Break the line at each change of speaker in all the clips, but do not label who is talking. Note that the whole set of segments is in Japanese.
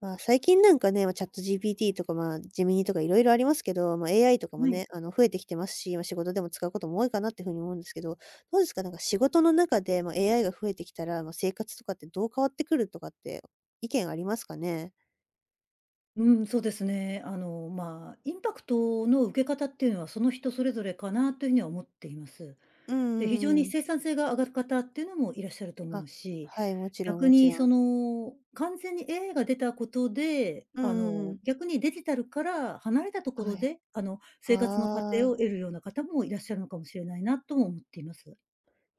最近なんかね、ChatGPT とか、ジェミニとかいろいろありますけど、AI とかも
は
ね、
い。
増えてきてますし、仕事でも使うことも多いかなっていうふうに思うんですけど、どうですか？なんか仕事の中で、AI が増えてきたら、生活とかってどう変わってくるとかって意見ありますかね？
インパクトの受け方っていうのは、その人それぞれかなというふうには思っています。
うんう
非
ん
常
うん
に
うん。
生産性が上がる方っていうのもいらっしゃると思う
あ、
し、
はい、もちろん
逆
もちろ
に
ん。
完全に AI が出たことで、
うんうんうん。
逆にデジタルから離れたとこ
は
ろ
い。
で、生活の過程を
ああ。
得るような方もいらっしゃるのかもしれないなとも思っています。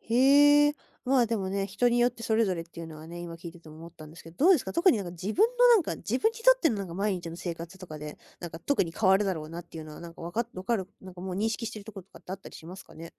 へえ、でもね、人によってそれぞれっていうのはね、今聞いてても思ったんですけど、どうですか？特になんか自分のなんか、自分にとってのなんか毎日の生活とかで、なんか特に変わるだろうなっていうのはなんかわかる、なんかもう認識してるところとかってあったりしますかね？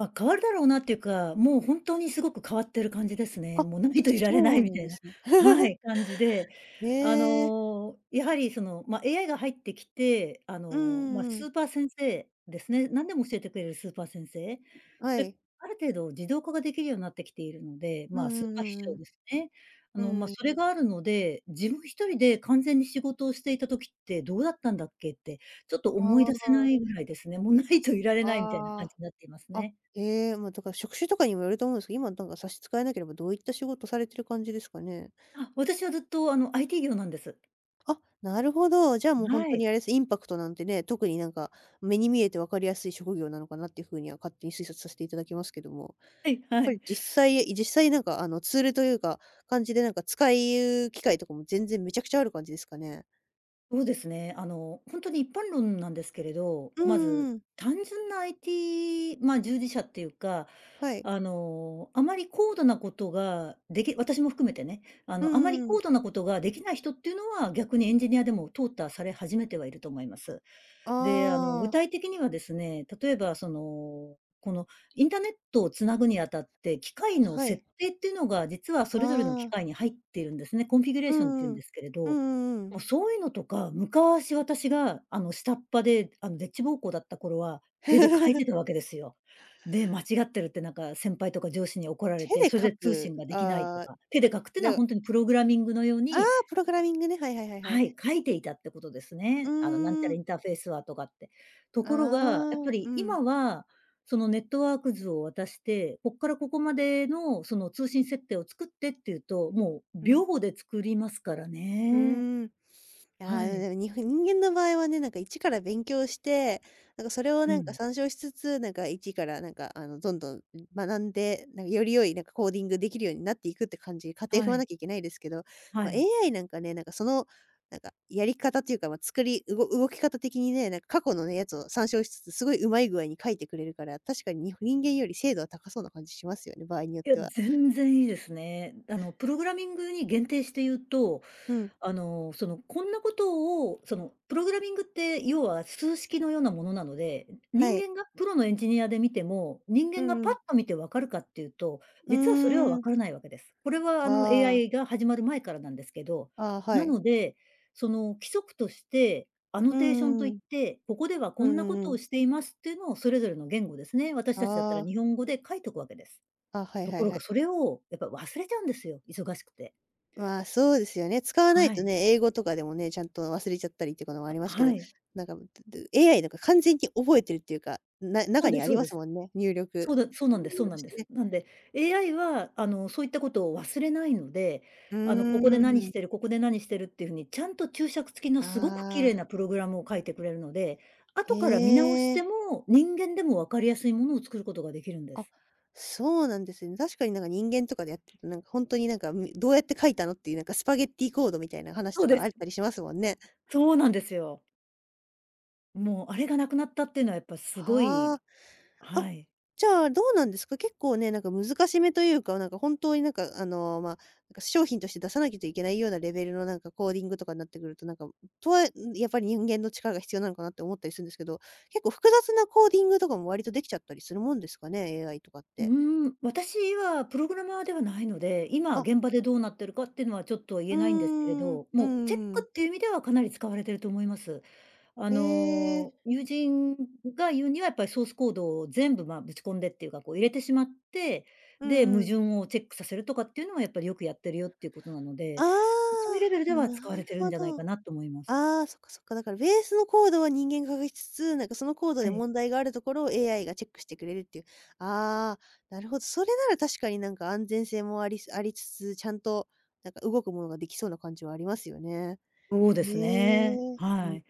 変わるだろうなっていうか、もう本当にすごく変わってる感じですね。
あ、
もうないといられな
そう
いみ
なん
たい
で
な、
すね。
はい、感じで、
へ
あ
え、
の、やはりその、まあ、AI が入ってきて、
うんうんうん。
スーパー先生ですね、何でも教えてくれるスーパー先生。
は
で、
い。
ある程度自動化ができるようになってきているので、
うん
まあ、スー
う
パー秘書
んうん
ですね。
うん。うん。
それがあるので、自分一人で完全に仕事をしていた時ってどうだったんだっけって、ちょっと思い出せ
あ
ないぐらいですね。もうないといられ
あ、
ないみたいな
あ
感じ
あ。
になっていますね。
ええ、だから職種とかにもよると思うんですけど、今なんか差し支えなければどういった仕事されてる感じですかね？
私はずっとあの IT 業なんです。
あ、なるほど。じゃあもう本
は
当
い。
にあれです、インパクトなんてね、特になんか目に見えて分かりやすい職業なのかなっていう風には勝手に推察させていただきますけども、
はい
やっ
は
ぱり
い。
実際なんかツールというか、感じでなんか使う機会とかも全然めちゃくちゃある感じですかね？
そうですね。本当に一般論なんですけれど、
う
ま
ん
ず、
うん。
単純な IT、まあ、従事者っていうか、
はい。
あの、あまり高度なことができ私も含めてね、あ
う
の、あま
ん
り
うん
高度なことができない人っていうのは、逆にエンジニアでも淘汰され始めてはいると思います。
あ
で、あの、具
あ、
体的にはですね、例えばこのインターネットをつなぐにあたって、機械の
はい。
設定っていうのが、実はそれぞれの機
ああ、
械に入っているんですね。コンフィギュレー
う
ションっていう
ん
ん
うん。
ですけれ
うん
ど、
うんう
もう
ん。
そういうのとか、昔私があの、下っ端で、あの、でっち奉公だった頃は、手で書いてた わけですよ。で、間違ってるってなんか先輩とか上司に怒ら
手
れて、
で
それ
書
で通
く、
信ができないと
ああ、
か、手で書くっていう
だ
のは
から
ほんとにプログラミングのよう
ああ、
に、
プログラミングね、はいはいはいは
は
い。
い、書いていたってことです
うー
ね。あの、なんちゃら
ん、
インターフェースはとかって。と
あ
ころが、やっぱ
あ、う
り
ん。
今は、そのネットワーク図を渡して、こっからここまでのその通信設定を作ってっていうと、もう
うん。
秒で作りますから
う
ね。
ーん。あ
は
あ、で
い。
もに人間の場合はね、なんか一から勉強して、なんかそれを
う
なんか
ん。
参照しつつ、なんか一からなんかどんどん学んで、なんかより良いなんかコーディングできるようになっていくって感じ、過程踏
は
まな
い。
きゃいけないですけど、
は
まあ、
い。
AI なんかね、なんかその、なんかやり方というか、作りう動き方的にね、なんか過去のね、やつを参照しつつ、すごいうまい具合に書いてくれるから、確かに人間より精度は高そうな感じしますよね、場合によっ
いや、
ては。
全然いいですね。あの、プログラミングに限定して言うと、
うん、
こんなことを、プログラミングって、要は数式のようなものなので、
は
人
い。
間がプロのエンジニアで見ても、人
う
間が
ん
パ
う
ッ
ん。
と見て分かるかっていうと、
う
実はそれは
ー
分
ん。
からないわけです。これは、あの、
ああ。
AI が始まる前からなんですけど、
ああ、は
な
い。
ので、その、規則として、アノ
う
テーションとい
んう
っ
ん
て、ここでは
うん。
こ
う
ん
んう
なこ
ん
と
う
を
ん。
していますっていうのをそれぞれの言語ですね、私たちだったら
あ
日本語で書いとくわけです。
あ、あ、はい
と
は
こ
い
ろ
は
が
い。
それをやっぱ忘れちゃうんですよ、忙しくて。
そうですよね。使わない
は
と
い。
ね、英語とかでもね、ちゃんと忘れちゃったりっていうこともあ
あ、
りますけ
は
ど、
い。
なんか、で AI なんか完全に覚えてるっていうか、
そ
中
う
に
で
あ
すそ
り
う
ま
で
す
す。
もんね、入力
そうだそうなんで
メ
すそ
ニュ
う
ーと
なん
し
で
て
す。
ね。
なんで、AI は、あの、そういったことを忘れないので、
う
ここで何
ー
し
ん。
てる、ここで何してるっていうふうに、ちゃんと注釈付きのすごく綺
あ
麗
あ、
なプログラムを書いてくれるので、
へ
後から見直して
え。
も、人間でも分かりやすいものを作ることができるんで
あ、
す。
そうなんですね。確かになんか人間とかでやってると、なんか本当になんか、どうやって書いたのっていう、なんかスパゲッティコードみたいな話
そ
と
うで
かあっ
す。
たりしますもんね。
そうなんですよ。もう、あれがなくなったっていうのはやっぱすご
は
い。
あ。あ、
はい。
じゃあ、どうなんですか？結構ね、なんか難しめというか、なんか本当になんかなんか商品として出さなきゃいけないようなレベルのなんかコーディングとかになってくると、なんか、とはやっぱり人間の力が必要なのかなって思ったりするんですけど、結構複雑なコーディングとかも割とできちゃったりするもんですかね、AI とかっ
う
て。
ーん、私はプログラマーではないので、今
あ、
現場でどうなってるかっていうのはちょっと言
うー
えないんですけれ
ん、う
ど、
ー
もうチェッ
ん。
クっていう意味ではかなり使われてると思います。あ
へえ、
の、友人が言うにはやっぱりソースコードを全部、ま、ぶち込んでっていうか、こう入れてしまって、
うう
で、矛
ん。
盾をチェックさせるとかっていうのはやっぱりよくやってるよっていうことなの
あ
で、そういうレベル
あ、
では
な
使われて
る
るん
ほ
じゃない
ど。
かなと思います。
ああ、そっかそっか。だからベースのコードは人間が書きつつ、なんかそのコード
は
で
い。
問題があるところを AI がチェックしてくれるっていう。ああ、なるほど。それなら確かになんか安全性もありつつ、ちゃんとなんか動くものができそうな感じはありますよね。
そうで
へ
す
え。
ね。
う
は
ん。
い。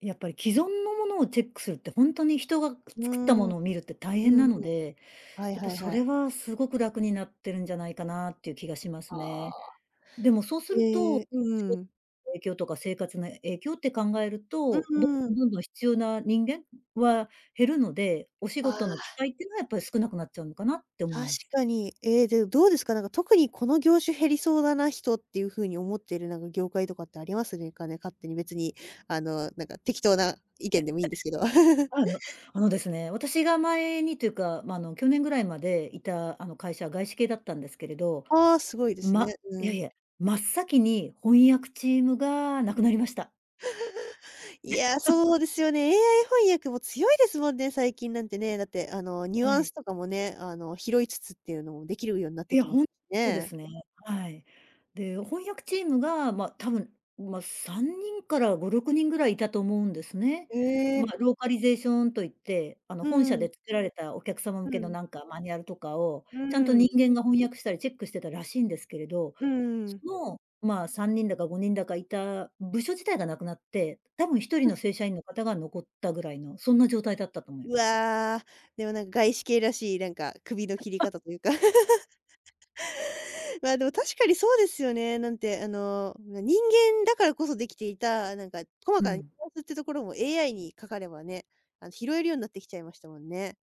やっぱり既存のものをチェックするって、ほんとに人が
う
作ったも
ん。う
のを見るって大変
ん。
なので、
はい
やっぱ
はい
そ
はい。
れはすごく楽になってるんじゃないかなっていう気がしま
あ
すね。
あ。
でもそうすると、
ええ、うん
仕
う
事
ん。
の影響とか生活の影響って考える
う
と、ど
んうん。
んどんどんどん必要な人間は減るので、お仕
あ
事の
あ。
機会っていうのはやっぱり少なくなっちゃうのかなって思い
確
ます。
かに。で、どうですか？なんか特にこの業種減りそうだな、人っていう風に思っているなんか業界とかってありますねかね？勝手に別に、なんか適当な意見でもいいんですけど。
あ のあのですね、私が前にというか、ま、あの去年ぐらいまでいたあの会社は外資系だったんですけれど、
ああ、すごいです
ま
ね。
い
う
やい
ん。
や、真っ先に翻訳チームがなくなりました。
いやー、そうですよね。AI 翻訳も強いですもんね、最近なんてね。だって、ニュ
は
アンス
い。
とかもね、拾いつつっていうのもできるようになって
いや、
きます
ほんそうで
ね。
すね。はい。で、翻訳チームが、まあ、多分、まあ、3人から5、6人ぐらいいたと思うんですね。
え
まあ、
え。
ローカリゼーションといって、あの、
う
本社
ん、
で作られたお客様
う
向けの
ん、
なんかマニュアルとかを、
う
ちゃんと
ん、
人間が翻訳したりチェックしてたらしいんですけれど、
うん。
まあ、3人だか5人だかいた部署自体がなくなって、多分1人の正社員の方が残ったぐらいの、そんな状態だったと思い
う
ます。
わー、でもなんか外資系らしい、なんか首の切り方というか。でも確かにそうですよね。なんて、人間だからこそできていた、なんか細
う
かなニ
ん。
ュアンスってところも AI にかかればね、拾えるようになってきちゃいましたもんね。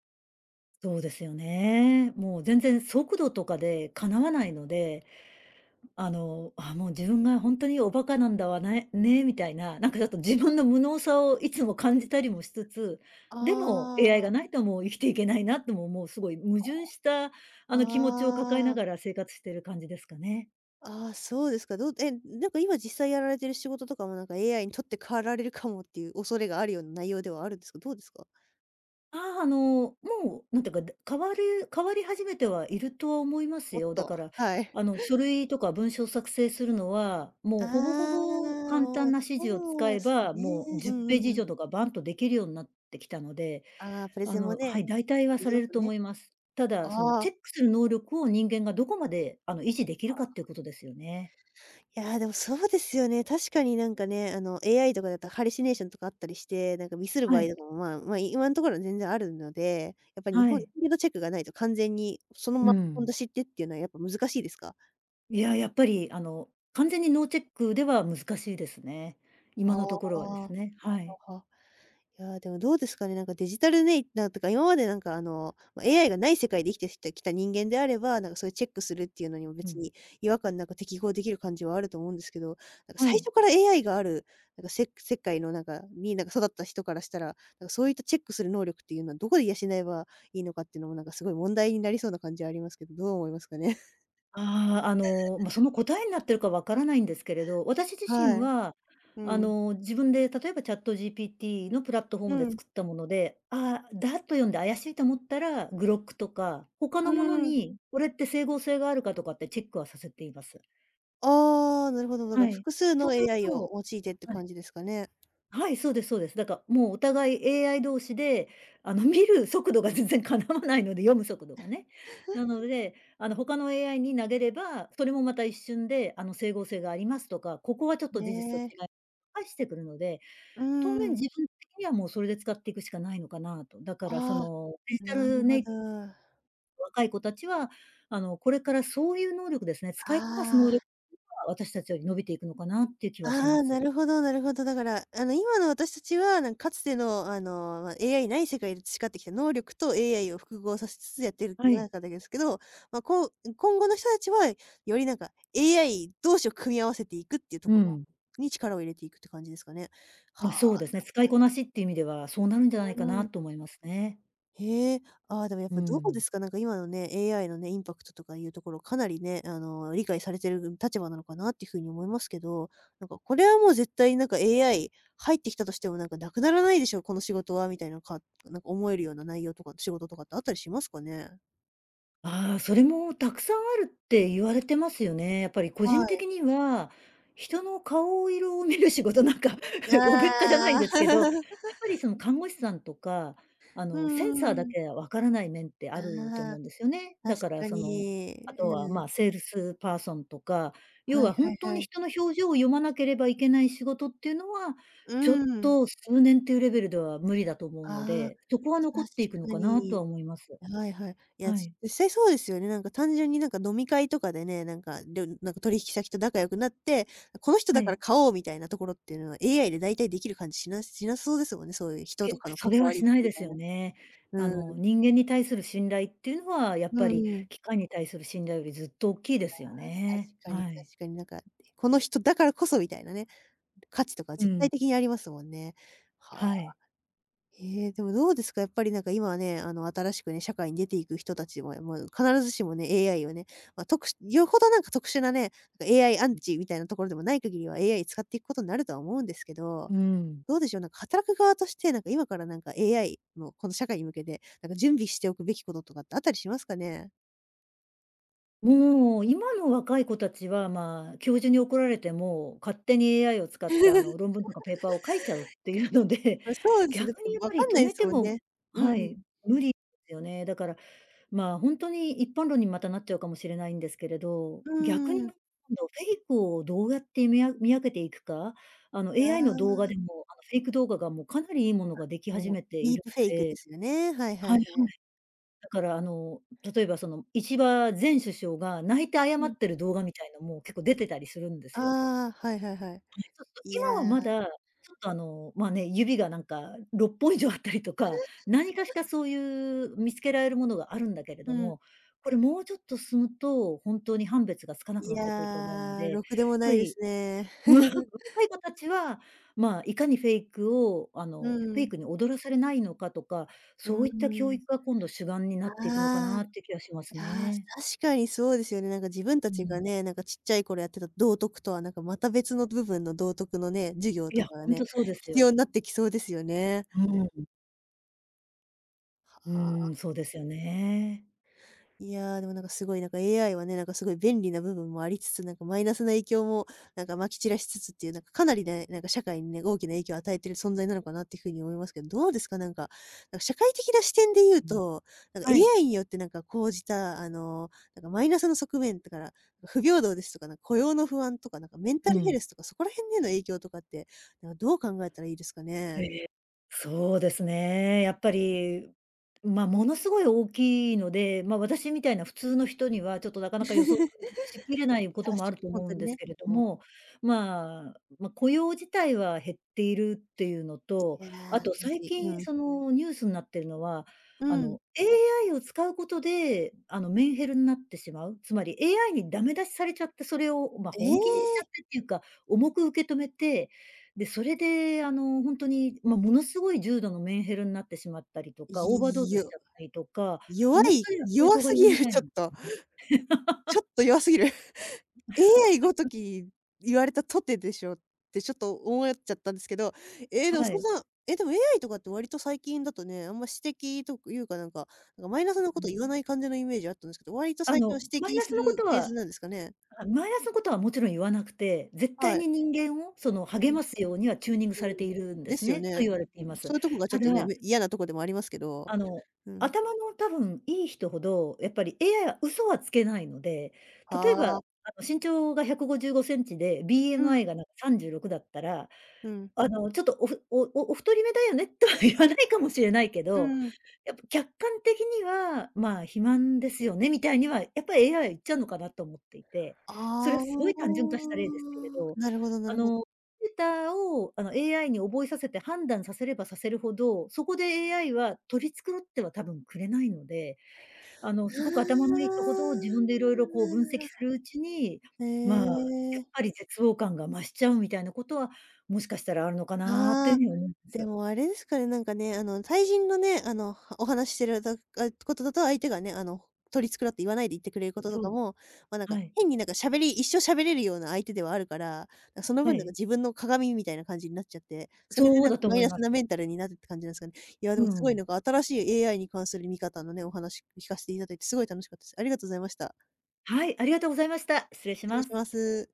そうですよね。もう全然速度とかでかなわないので、もう自分が本当におバカなんだわねね、みたいな、なんかちょっと自分の無能さをいつも感じたりもしつつ、でも AI
あ
がな
あ、
いともう生きていけないなとも、もうすごい矛盾した、あの、気持ちを抱え
あ
な
あ、
がら生活してる感じですかね。
ああ、そうですか。どうえ、なんか今実際やられてる仕事とかもなんか AI に取って代わられるかもっていう恐れがあるような内容ではあるんですか？どうですか？
もう、なんていうか、で変わる変わり始めてはいるとは思います
おっ
よ。だ
と、
から、
はい。
あの、書類とか文章作成するのは、
あ
もうほぼほぼ
あ、
簡
もう、
単な指示を使
そう
え
です
ば、
ね。
もう
う
10
ん
ペ
う
ージ
ん
以
うん。
上とかバンとできるようになってきたので、
ああ、プレ
あ
ゼンも
の、
ね、
はい、
い
大体は
い
さ
りま
れる
す
と
ね。
思います。ただ、その
あ
チェ
あ。
ックする能力を人間がどこまで、あの、維持できるかっていうことですよね。
いや、でもそうですよね。確かになんかね、AI とかだったらハルシネーションとかあったりして、なんかミスる場
は
合と
い、
かも、今のところは全然あるので、やっぱり日
は
本、ス
い、
ピードチェックがないと完全にそのま
う
ま本
ん。
出しってっていうのはやっぱ難しいですか？
いや、やっぱりあの、完全にノーチェックでは難しいですね。
あ
今のところはで
あ
す
ー、
ね。はい。
いやー、でもどうですかね、なんかデジタルネイターとか、今までなんかAI がない世界で生きてきた人間であれば、なんかそういうチェックするっていうのにも
う
別
ん。
に違和感なく適合できる感じはあると思うんですけど、なんか
は
最
い。
初から AI がある、なんか世界のなんかに、なんか育った人からしたら、なんかそういったチェックする能力っていうのはどこで養えばいいのかっていうのもなんかすごい問題になりそうな感じはありますけど、どう思いますかね？
その答えになってるかわからないんですけれど、私自
は
身
い。
は、
う
あ
ん。
の、自分で例えば ChatGPT のプラットフォー
う
ムで
ん。
作ったもので、ああ、だと読んで怪しいと思ったら、Grok とか、他
う
のもの
ん。
に、これって整合性があるかとかってチェックはさせています。
ああ、なるほど。だから
はい。
複数
そう
の
する
AI を
と、
用いてって
はい。
感じですかね。
はい、そうですそうです。だからもうお互い AI 同士で、あの、見る速度が全然叶わないので、読む速度がね。なので、他の AI に投げれば、それもまた一瞬で、整合性がありますとか、ここはちょっと事実と
ね
違
え。
い返してくるので、
う
当
ー
面
ん。
自分的にはもうそれで使っていくしかないのかなと。だからそ
ああ、
の、デジタ
なる
ルネ
ほ
イテ
ど。
ィブ
あ
の若い子たちは、これからそういう能力ですね、使いこなす
あ、
能力が私たちより伸びていくのかなっていう気はし
あ
ま
あ、な
す。
るほどなるほど。だから、今の私たちは、なんか、かつての、AI ない世界で培ってきた能力と AI を複合させつつやってる
はい。
中でですけど、こう、今後の人たちは、よりなんか AI 同士を組み合わせていくっていうと
う
ころ
ん。
に力を入れていくって感じですかね。
ま、
はあ、
そうですね、使いこなしっていう意味では、そうなるんじゃないか
う
な
ん。
と思いますね。
へえ、でもやっ
う
ぱどうで
ん。
すか。なんか今のね、AI のね、インパクトとかいうところ、かなりね、理解されてる立場なのかなっていうふうに思いますけど、なんかこれはもう絶対なんか AI 入ってきたとしてもなんかなくならないでしょ、この仕事はみたいななんか思えるような内容とか、仕事とかってあったりしますかね？
ああ、それもたくさんあるって言われてますよね。やっぱり個
は
人
い。
的には、人の顔色を見る仕事なんか おべっかじゃないん
ああ。
ですけど、やっ ぱりその看護師さんとか、
うう
センサーだ
ん。
けわからない面ってあると
あ
思
あ、
うんですよね。だ
確
から
か
その、
に。
あとは
う
ま
ん。
あ、セールスパーソンとか、要
はい
は
は
本
い
当
は
に
い。
人の表情を読まなければいけない仕事っていうのは、
う
ちょっ
ん。
と数年っていうレベルでは無理だと思うの
ああ、
で、そこは残っ
確
ていくの
か
かなと
に。
は思います。
はいはい。いや、
はい。
実際そうですよね。なんか単純になんか飲み会とかでね、なんか、なんか取引先と仲良くなって、この人
は
だか
い。
ら買おうみたいなところっていうのは AI で大体できる感じしそうですもんね。そういう人と
え、
かの
そ
関
れは
わ
し
り
ない
み
で
た
す
い
よ
な。
ね。
うん。
人間に対する信頼っていうのは、やっ
う
ぱり
んうん。
機械に対する信頼よりずっと大きいですよね。
確かに
は
確
い。
かに。なんか、この人だからこそみたいなね、価値とか
う
絶
ん、
対的にありますもんね。は
は
あ。
い。
へえ、でもどうですか、やっぱりなんか今はね、あの新しくね、社会に出ていく人たちも、まあ、必ずしもね、AI をね、まあ、特殊よほどなんか特殊なね、なんか AI アイアンチみたいなところでもない限りは AI 使っていくことになるとは思うんですけど、
うん。
どうでしょう、なんか働く側として、なんか今からなんか AI のこの社会に向けて、なんか準備しておくべきこととかってあったりしますかね？
もう、今の若い子たちは、まあ、教授に怒られても、勝手に AI を使って、論文とかペーパーを書いちゃうっていうので、
ま、そうですね、だっ
逆
て
にやっ
わ
ぱ
か
り
ん
止
ないで
め
す
て
もん
も
ね。うん。
はい、無理ですよね。だからまあ、本当に一般論にまたなっちゃうかもしれないんですけれど、
う
逆に
ー
今
ん。
度フェイクをどうやって見分けていくか、あの
あ
AI の動画
あ、
でも、あのフェイク動画がもうかなりいいものができ始
もう
めて
ディ
い
ー
る
プフェイ
の
クで
で
すよね。はいはい
は
は
いはい。
い。
だから例えばその石破前首相が泣いて謝
うん。
ってる動画みたいのも結構出てたりするんですよ。
ああ、はいはいはい。
そうそう、
い
今
や
はま
ー
だ、ちょっとまあね、指がなんか6本以上あったりとか、何かしかそういう見つけられるものがあるんだけれ
う
ど
ん。
も、これもうちょっと進むと、本当に判別がつかなく
い
なってくると思うの
や、
で、やっ
ろくでもな
ぱ
いで
り、
すね。
うん、若 い子たちは、まあ、いかにフェイクを
う
フェイ
ん。
クに踊らされないのかとか、
う
そ
ー
ういった教
ん。
育が今度主眼になっていくのか
ああ、
なって気がします
いや、
ね。
確かにそうですよね。なんか自分た
う
ちが
ん。
ね、なんかちっちゃい頃やってた道徳とはなんかまた別の部分の道徳のね、授業
い
と
や、
かが
ほん
ね、
とそうです
必
よ。
要になってきそうですよね。
うん。う
ああ。
ーん、そうですよね。
いやー、でもなんかすごいなんか AI はね、なんかすごい便利な部分もありつつ、なんかマイナスな影響もなんかまき散らしつつっていう、なんかかなりね、なんか社会にね、大きな影響を与えてる存在なのかなっていうふうに思いますけど、どうですか？なんか、なんか社会的な視点で言う
うん。
と、なんか
はい。
AI によってなんか講じた、なんかマイナスの側面だから、不平等ですとか、なんか雇用の不安とか、なんかメンタ
う
ルヘ
ん。
ルスとか、そこら辺への影響とかって、なんかどう考えたらいいですか
え
ね？
え、そうですね。やっぱり、まあ、ものすごい大きいので、まあ、私みたいな普通の人にはちょっとなかなか予測 しきれないこ
確
と
か
もある
に
と
本
思う
当
ん
に
です
ね、
けれど
も
も、まあ、まあ、雇用自体は減っているっていうのと、
う、いや
あ
ー、
と
感
最
じう
近
ん。
そのニュースになってるのは、
う
あ
ん。
の、AI を使うことで、メンヘルになってしまう、つまり AI にダメ出しされちゃって、それを、まあ、
え
本
え！
気にしちゃってっていうか、重く受け止めてで、それで、本当に、まあ、ものすごい重度のメンヘラになってしまったりとか、オーバードー
い
ズし
よ
ちゃったりとか、ア
弱
メリ
い
カにはそういう
弱
子が
す
い
ぎ
るみ
る、
たい
ちょ
な
っ
んです
と。
よね。
ちょっと弱すぎる。AI ごとき言われたとてでしょってちょっと思っちゃったんですけど、え、でも
は
そん
い。
なえ、でも AI とかって割と最近だとね、あんま指摘というかなんか、なんかマイナスなこと言わない感じのイメージあったんですけど、割と
あ
最近
の、
は
マイ
指摘
ナ
す
ス
る
のこ
フ
と
ェー
は
ズなんですかね。
あ、マイナスのことはもちろん言わなくて、絶
は
対
い。
に人間をその
うん、
励
う
ますようにはチューニングされ
ん。
ているんで
で
す
すよ
ね、と
ね。
言われて
う
い
ん、
ます。
そういうとこがちょ
た
っとね、
だ、
嫌なとこでもありますけど。
あの、
うん。
頭の多分いい人ほど、やっぱり AI は嘘はつけないので、例
は
えば、
あ。
身長が155センチで、
うん、
BMI がなんか36だったら
うん、
あの、ちょっとおふおおお太り目だよねとは言わないかもしれないけ
う
ど、
ん。
やっぱ客観的には、まあ、肥満ですよねみたいには、やっぱり AI は言っちゃうのかなと思っていて、そ
あ
れはすごい単純
あ、
化した例ですけれど、
なるほどな
あ
るほ
の、
ど。
データをあの AI に覚えさせて判断させればさせるほど、そこで AI は取り繕っては多分くれないのであの、すごく頭の
あ
いい人ほど、自分でいろいろこう分析す
あ。
るうちに、
へ
まあ、やっ
え。
ぱり絶望感が増しちゃうみたいなことは、もしかしたらあるのかなってい
あ
う
あ。
ふうに思いま
で
す。
もあれですかね、なんかね、対人のね、お話ししてることだと、相手がね、取り繕って言わないで言ってくれることと
そ
か
う、
も、ま、なんか、
はい、
変になんか一生喋れるような相手ではあるから、なんかその
は
分なんか
い。
自分の鏡みたいな感じになっちゃって、それで
そう
なん
だ
か
と
マイ
思い
ナ
ま
ス
す。
なメンタルになるって感じなんですかね。いや、で
う
もすごい
ん。
なんか新しい AI に関する見方のね、お話聞かせていただいてすごい楽しかったです。ありがとうございました。
はい、ありがとうございました。失礼し
失礼
ま
し
す。
ます。